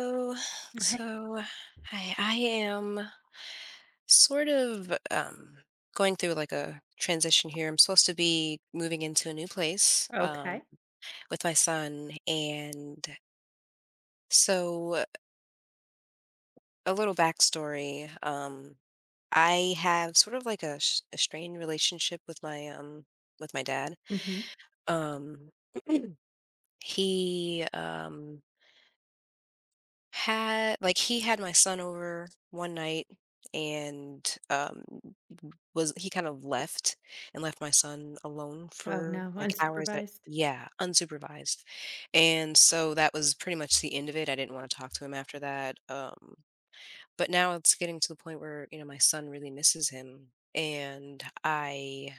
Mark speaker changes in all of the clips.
Speaker 1: So,
Speaker 2: Okay.
Speaker 1: so, I am sort of going through like a transition here. I'm supposed to be moving into a new place,
Speaker 2: Okay.
Speaker 1: with my son. And so a little backstory. I have sort of like a, a strained relationship with my, with my dad.
Speaker 2: Mhm.
Speaker 1: Um he, had like he had my son over one night, and was he kind of left and left my son alone
Speaker 2: Oh
Speaker 1: for,
Speaker 2: no,
Speaker 1: like, hours that.
Speaker 2: unsupervised?
Speaker 1: Yeah, unsupervised, and so that was pretty much the end of it. I didn't wanna talk to him after that, but now it's getting to the point where, you know, my son really misses him. And I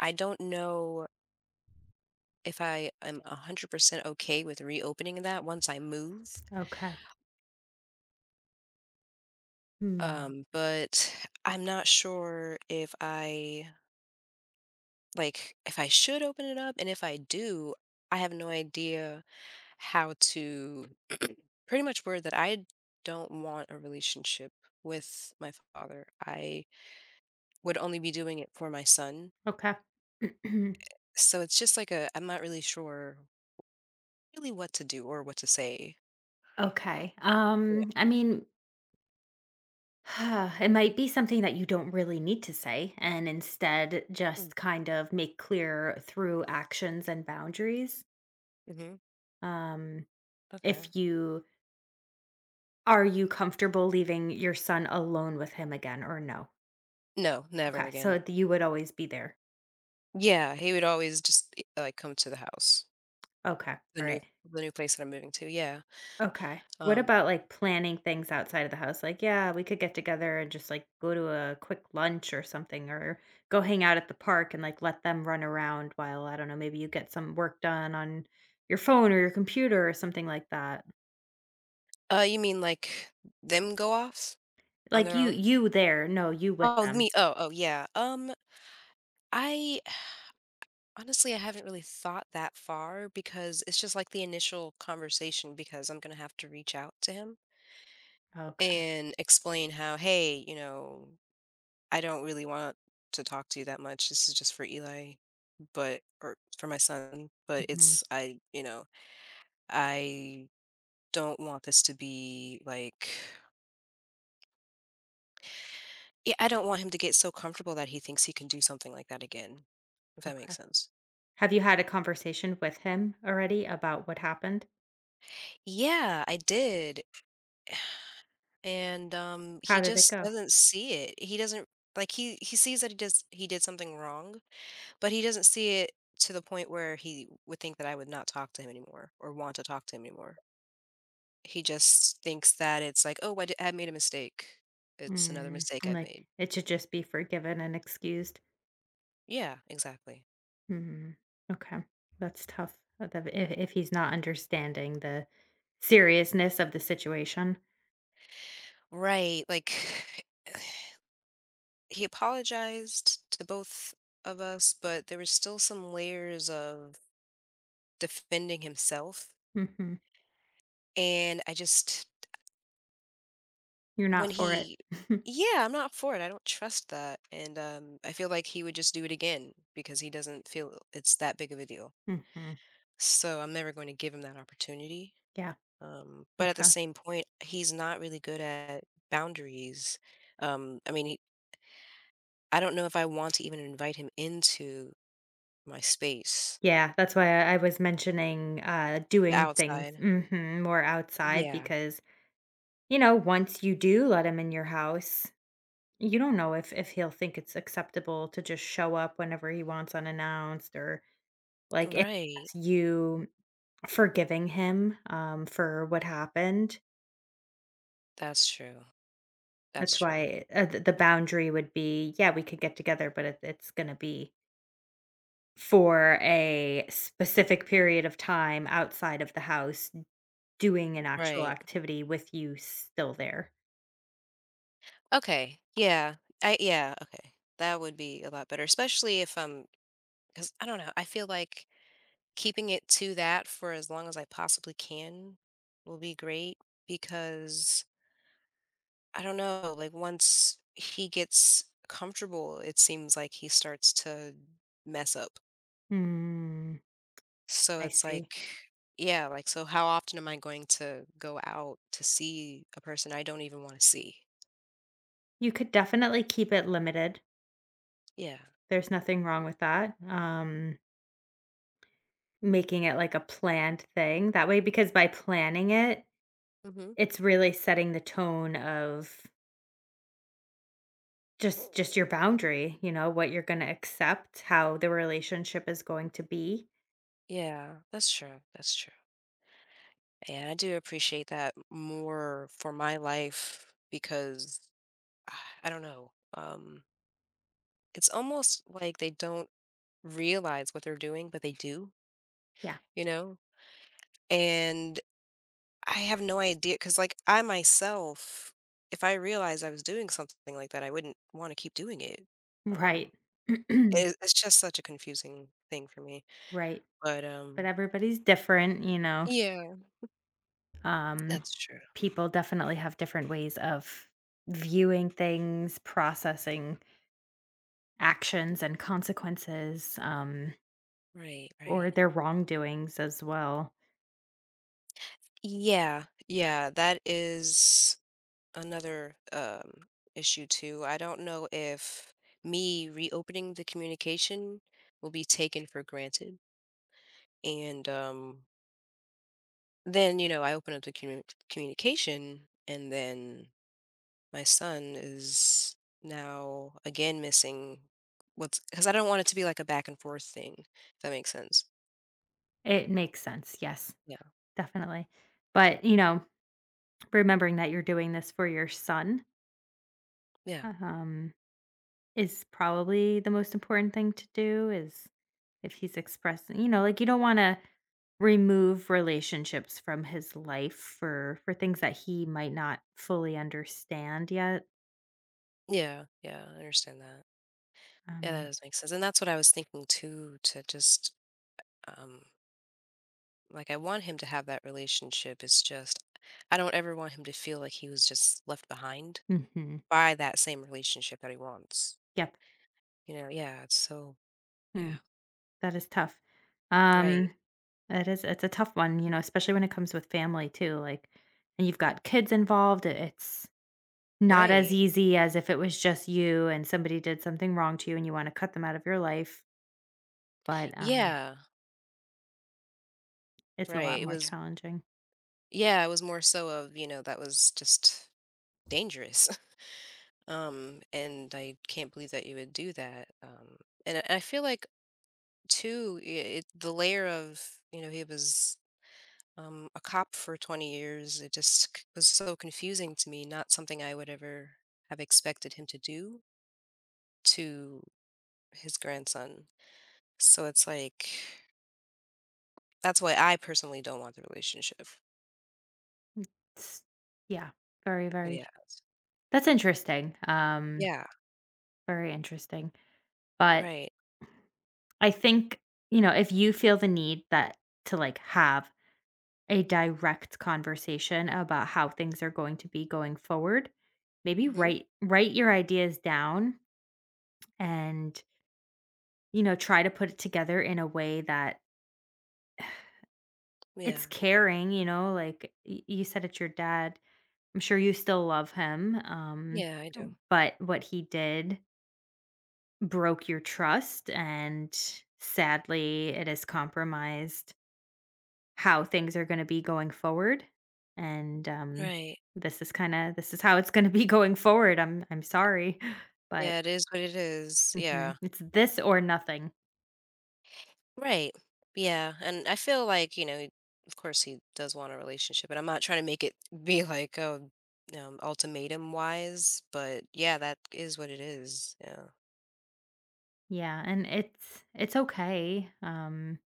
Speaker 1: I don't know if I am 100% okay with reopening that once I move,
Speaker 2: Okay. Hmm.
Speaker 1: but I'm not sure if I, like, if I should open it up. And if I do, I have no idea how to pretty much word that I don't want a relationship with my father. I would only be doing it for my son.
Speaker 2: Okay.
Speaker 1: So it's just like a, I'm not really sure really what to do or what to say.
Speaker 2: Okay.
Speaker 1: Yeah.
Speaker 2: It might be something that you don't really need to say, and instead just kind of make clear through actions and boundaries.
Speaker 1: Mm-hmm.
Speaker 2: Um,
Speaker 1: Okay.
Speaker 2: if you Are you comfortable leaving your son alone with him again or no?
Speaker 1: No, never
Speaker 2: Okay.
Speaker 1: again.
Speaker 2: So you would always be there.
Speaker 1: Yeah, he would always just like come to the house,
Speaker 2: Okay.
Speaker 1: the
Speaker 2: All
Speaker 1: new,
Speaker 2: right.
Speaker 1: the new place that I'm moving to. Yeah.
Speaker 2: Okay. What
Speaker 1: Um
Speaker 2: about like planning things outside of the house? Like, yeah, we could get together and just like go to a quick lunch or something, or go hang out at the park and like let them run around while, I don't know, maybe you get some work done on your phone or your computer or something like that.
Speaker 1: uh you mean like them go off on
Speaker 2: Like,
Speaker 1: their
Speaker 2: you,
Speaker 1: own?
Speaker 2: you there? No, you with
Speaker 1: Oh,
Speaker 2: them.
Speaker 1: me, oh, oh, yeah, I honestly, I haven't really thought that far because it's just like the initial conversation, because I'm gonna have to reach out to him
Speaker 2: Okay.
Speaker 1: and explain how, "Hey, you know, I don't really want to talk to you that much. This is just for Eli, but, or for my son, but
Speaker 2: hmm
Speaker 1: it's, I, you know, I don't want this to be like." Yeah, I don't want him to get so comfortable that he thinks he can do something like that again, if that
Speaker 2: Okay.
Speaker 1: makes sense.
Speaker 2: Have you had a conversation with him already about what happened?
Speaker 1: Yeah, I did. And,
Speaker 2: How
Speaker 1: he
Speaker 2: did it
Speaker 1: just
Speaker 2: go?
Speaker 1: doesn't see it. He doesn't, like, he sees that he does, he did something wrong, but he doesn't see it to the point where he would think that I would not talk to him anymore or want to talk to him anymore. He just thinks that it's like, "Oh, I di, I made a mistake. It's another mistake
Speaker 2: I'm
Speaker 1: I've
Speaker 2: like,
Speaker 1: made."
Speaker 2: it should just be forgiven and excused.
Speaker 1: Yeah, exactly.
Speaker 2: Hmm, okay. That's tough, that if he's not understanding the seriousness of the situation.
Speaker 1: Right, like, he apologized to both of us, but there was still some layers of defending himself,
Speaker 2: Mhm.
Speaker 1: and I just.
Speaker 2: You're not
Speaker 1: When
Speaker 2: for it.
Speaker 1: he. Yeah, I'm not for it, I don't trust that, and, I feel like he would just do it again because he doesn't feel it's that big of a deal.
Speaker 2: Mhm.
Speaker 1: So, I'm never going to give him that opportunity,
Speaker 2: Yeah,
Speaker 1: but at the
Speaker 2: okay.
Speaker 1: same point, he's not really good at boundaries. I mean, he, I don't know if I want to even invite him into my space,
Speaker 2: Yeah, that's why I was mentioning,
Speaker 1: the
Speaker 2: doing things,
Speaker 1: outside.
Speaker 2: mhm, more outside
Speaker 1: Yeah.
Speaker 2: because, you know, once you do let him in your house, you don't know if he'll think it's acceptable to just show up whenever he wants unannounced, or, like, if
Speaker 1: Right.
Speaker 2: that's you forgiving him, for what happened.
Speaker 1: That's true. That's
Speaker 2: That's
Speaker 1: true.
Speaker 2: why, the boundary would be, yeah, we could get together, but it's gonna be for a specific period of time outside of the house doing an actual
Speaker 1: Right.
Speaker 2: activity with you still there.
Speaker 1: Okay. Yeah. I, yeah, okay. That would be a lot better, especially if I'm. 'Cause I don't know, I feel like keeping it to that for as long as I possibly can will be great because, I don't know, like once he gets comfortable, it seems like he starts to mess up.
Speaker 2: Mm,
Speaker 1: So
Speaker 2: I
Speaker 1: it's
Speaker 2: see.
Speaker 1: like, yeah, like, so how often am I going to go out to see a person I don't even want to see?
Speaker 2: You could definitely keep it limited.
Speaker 1: Yeah.
Speaker 2: There's nothing wrong with that. Making it like a planned thing, that way, because by planning it,
Speaker 1: Hmm.
Speaker 2: it's really setting the tone of just your boundary, you know, what you're gonna accept, how the relationship is going to be.
Speaker 1: Yeah, that's true. That's true. And I do appreciate that more for my life because, ah, I don't know. It's almost like they don't realize what they're doing, but they do,
Speaker 2: Yeah.
Speaker 1: you know? And I have no idea because, like, I myself, if I realized I was doing something like that, I wouldn't want to keep doing it. Um,
Speaker 2: Right.
Speaker 1: it's just such a confusing thing for me.
Speaker 2: Right.
Speaker 1: But,
Speaker 2: But everybody's different, you know,
Speaker 1: yeah,
Speaker 2: um,
Speaker 1: that's true.
Speaker 2: people definitely have different ways of viewing things, processing actions and consequences,
Speaker 1: Right, right.
Speaker 2: or their wrongdoings as well.
Speaker 1: Yeah, yeah, that is another, issue too. I don't know if me reopening the communication will be taken for granted. And, then, you know, I open up the communication, and then my son is now again missing what's, because I don't want it to be like a back and forth thing, if that makes sense.
Speaker 2: It makes sense. Yes,
Speaker 1: Yeah.
Speaker 2: definitely. But, you know, remembering that you're doing this for your son,
Speaker 1: Yeah.
Speaker 2: um, is probably the most important thing to do. Is if he's expressing, you know, like, you don't wanna remove relationships from his life for things that he might not fully understand yet.
Speaker 1: Yeah. Yeah, I understand that. Yeah, that
Speaker 2: Um,
Speaker 1: does make sense. And that's what I was thinking too, to just. Um, Like, I want him to have that relationship, it's just I don't ever want him to feel like he was just left behind
Speaker 2: mhm,
Speaker 1: by that same relationship that he wants.
Speaker 2: yep,
Speaker 1: You know? Yeah, it's so, yeah.
Speaker 2: mm, that is tough.
Speaker 1: Right.
Speaker 2: Um, that is, it's a tough one, you know, especially when it comes with family too, like, and you've got kids involved, I it's not as
Speaker 1: Right.
Speaker 2: easy as if it was just you and somebody did something wrong to you and you wanna cut them out of your life, but, um,
Speaker 1: Yeah.
Speaker 2: it's a lot
Speaker 1: Right. It
Speaker 2: more
Speaker 1: was,
Speaker 2: challenging.
Speaker 1: yeah, it was more so of, you know, that was just dangerous. And I can't believe that you would do that. And I feel like too, I it, the layer of, you know, he was, a cop for 20 years. It just was so confusing to me, not something I would ever have expected him to do to his grandson. So it's like, that's why I personally don't want the relationship.
Speaker 2: It's, yeah, very, very,
Speaker 1: Yeah.
Speaker 2: that's interesting,
Speaker 1: Yeah.
Speaker 2: very interesting, but
Speaker 1: Right.
Speaker 2: I think, you know, if you feel the need that to, like, have a direct conversation about how things are going to be going forward, maybe
Speaker 1: Hmm.
Speaker 2: write your ideas down and, you know, try to put it together in a way that
Speaker 1: Yeah.
Speaker 2: it's caring, you know, like, y you said it's your dad. I'm sure you still love him,
Speaker 1: Yeah, I do.
Speaker 2: but what he did broke your trust and sadly it has compromised how things are going to be going forward. And um,
Speaker 1: Right.
Speaker 2: this is how it's going to be, going forward. I'm sorry, but,
Speaker 1: Yeah, it is what it is. Yeah.
Speaker 2: mhm, it's this or nothing.
Speaker 1: Right. Yeah. And I feel like, you know, of course he does want a relationship, and I'm not trying to make it be like, oh, ultimatum wise, but yeah, that is what it is. Yeah.
Speaker 2: Yeah, and it's okay, um,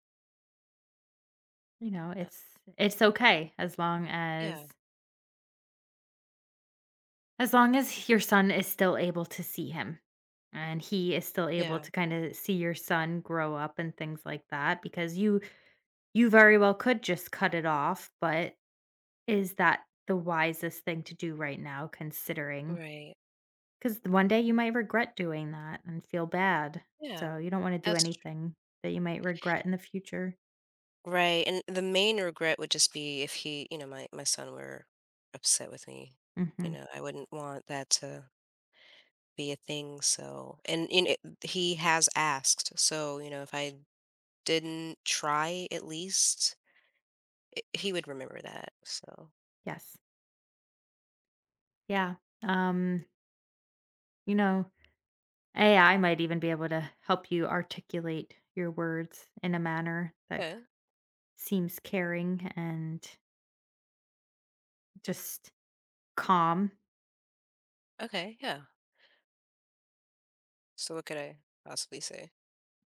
Speaker 2: you know,
Speaker 1: Yeah.
Speaker 2: it's okay as long as
Speaker 1: Yeah.
Speaker 2: your son is still able to see him and he is still able
Speaker 1: Yeah.
Speaker 2: to kind of see your son grow up and things like that. Because you very well could just cut it off, but is that the wisest thing to do right now? Considering,
Speaker 1: Right.
Speaker 2: because one day you might regret doing that and feel bad, so
Speaker 1: Yeah.
Speaker 2: you don't wanna do
Speaker 1: That's tr-
Speaker 2: anything that you might regret in the future.
Speaker 1: right. And the main regret would just be if he, you know, my son were upset with me. You
Speaker 2: Mhm.
Speaker 1: know, I wouldn't want that to be a thing. So, and, you know, he has asked. So, you know, if I didn't try at least. He would remember that, so
Speaker 2: Yes. Yeah. Um, you know, AI might even be able to help you articulate your words in a manner that
Speaker 1: yeah,
Speaker 2: seems caring and just calm.
Speaker 1: okay, yeah. So what could I possibly say?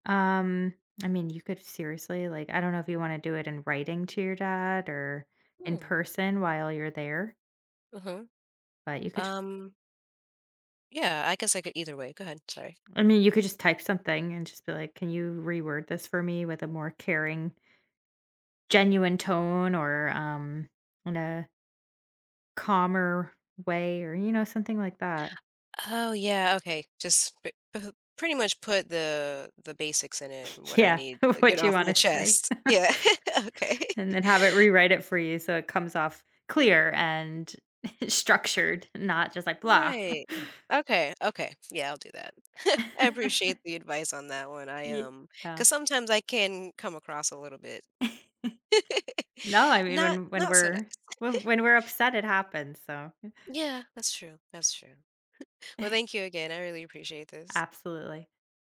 Speaker 2: Um, I mean, you could seriously, like, I don't know if you wanna do it in writing to your dad or in
Speaker 1: Hmm,
Speaker 2: person while you're there,
Speaker 1: mhm,
Speaker 2: but you could just
Speaker 1: um, yeah, I guess I could either way. Go ahead, sorry.
Speaker 2: I mean, you could just type something and just be like, "Can you reword this for me with a more caring, genuine tone or, in a calmer way?" Or, you know, something like that.
Speaker 1: Oh, yeah, okay, just p p pretty much put the basics in it and what I
Speaker 2: Yeah,
Speaker 1: need to get
Speaker 2: what you
Speaker 1: off my
Speaker 2: wanna say,
Speaker 1: chest. Yeah, okay.
Speaker 2: and then have it rewrite it for you so it comes off clear and structured, not just like blah.
Speaker 1: Right. Okay, okay, yeah, I'll do that. I appreciate the advice on that one, I,
Speaker 2: Yeah.
Speaker 1: because sometimes I can come across a little bit
Speaker 2: No, I mean,
Speaker 1: not, not so nice.
Speaker 2: when we're upset, it happens, so
Speaker 1: Yeah, that's true. That's true. Well, thank you again. I really appreciate this.
Speaker 2: absolutely.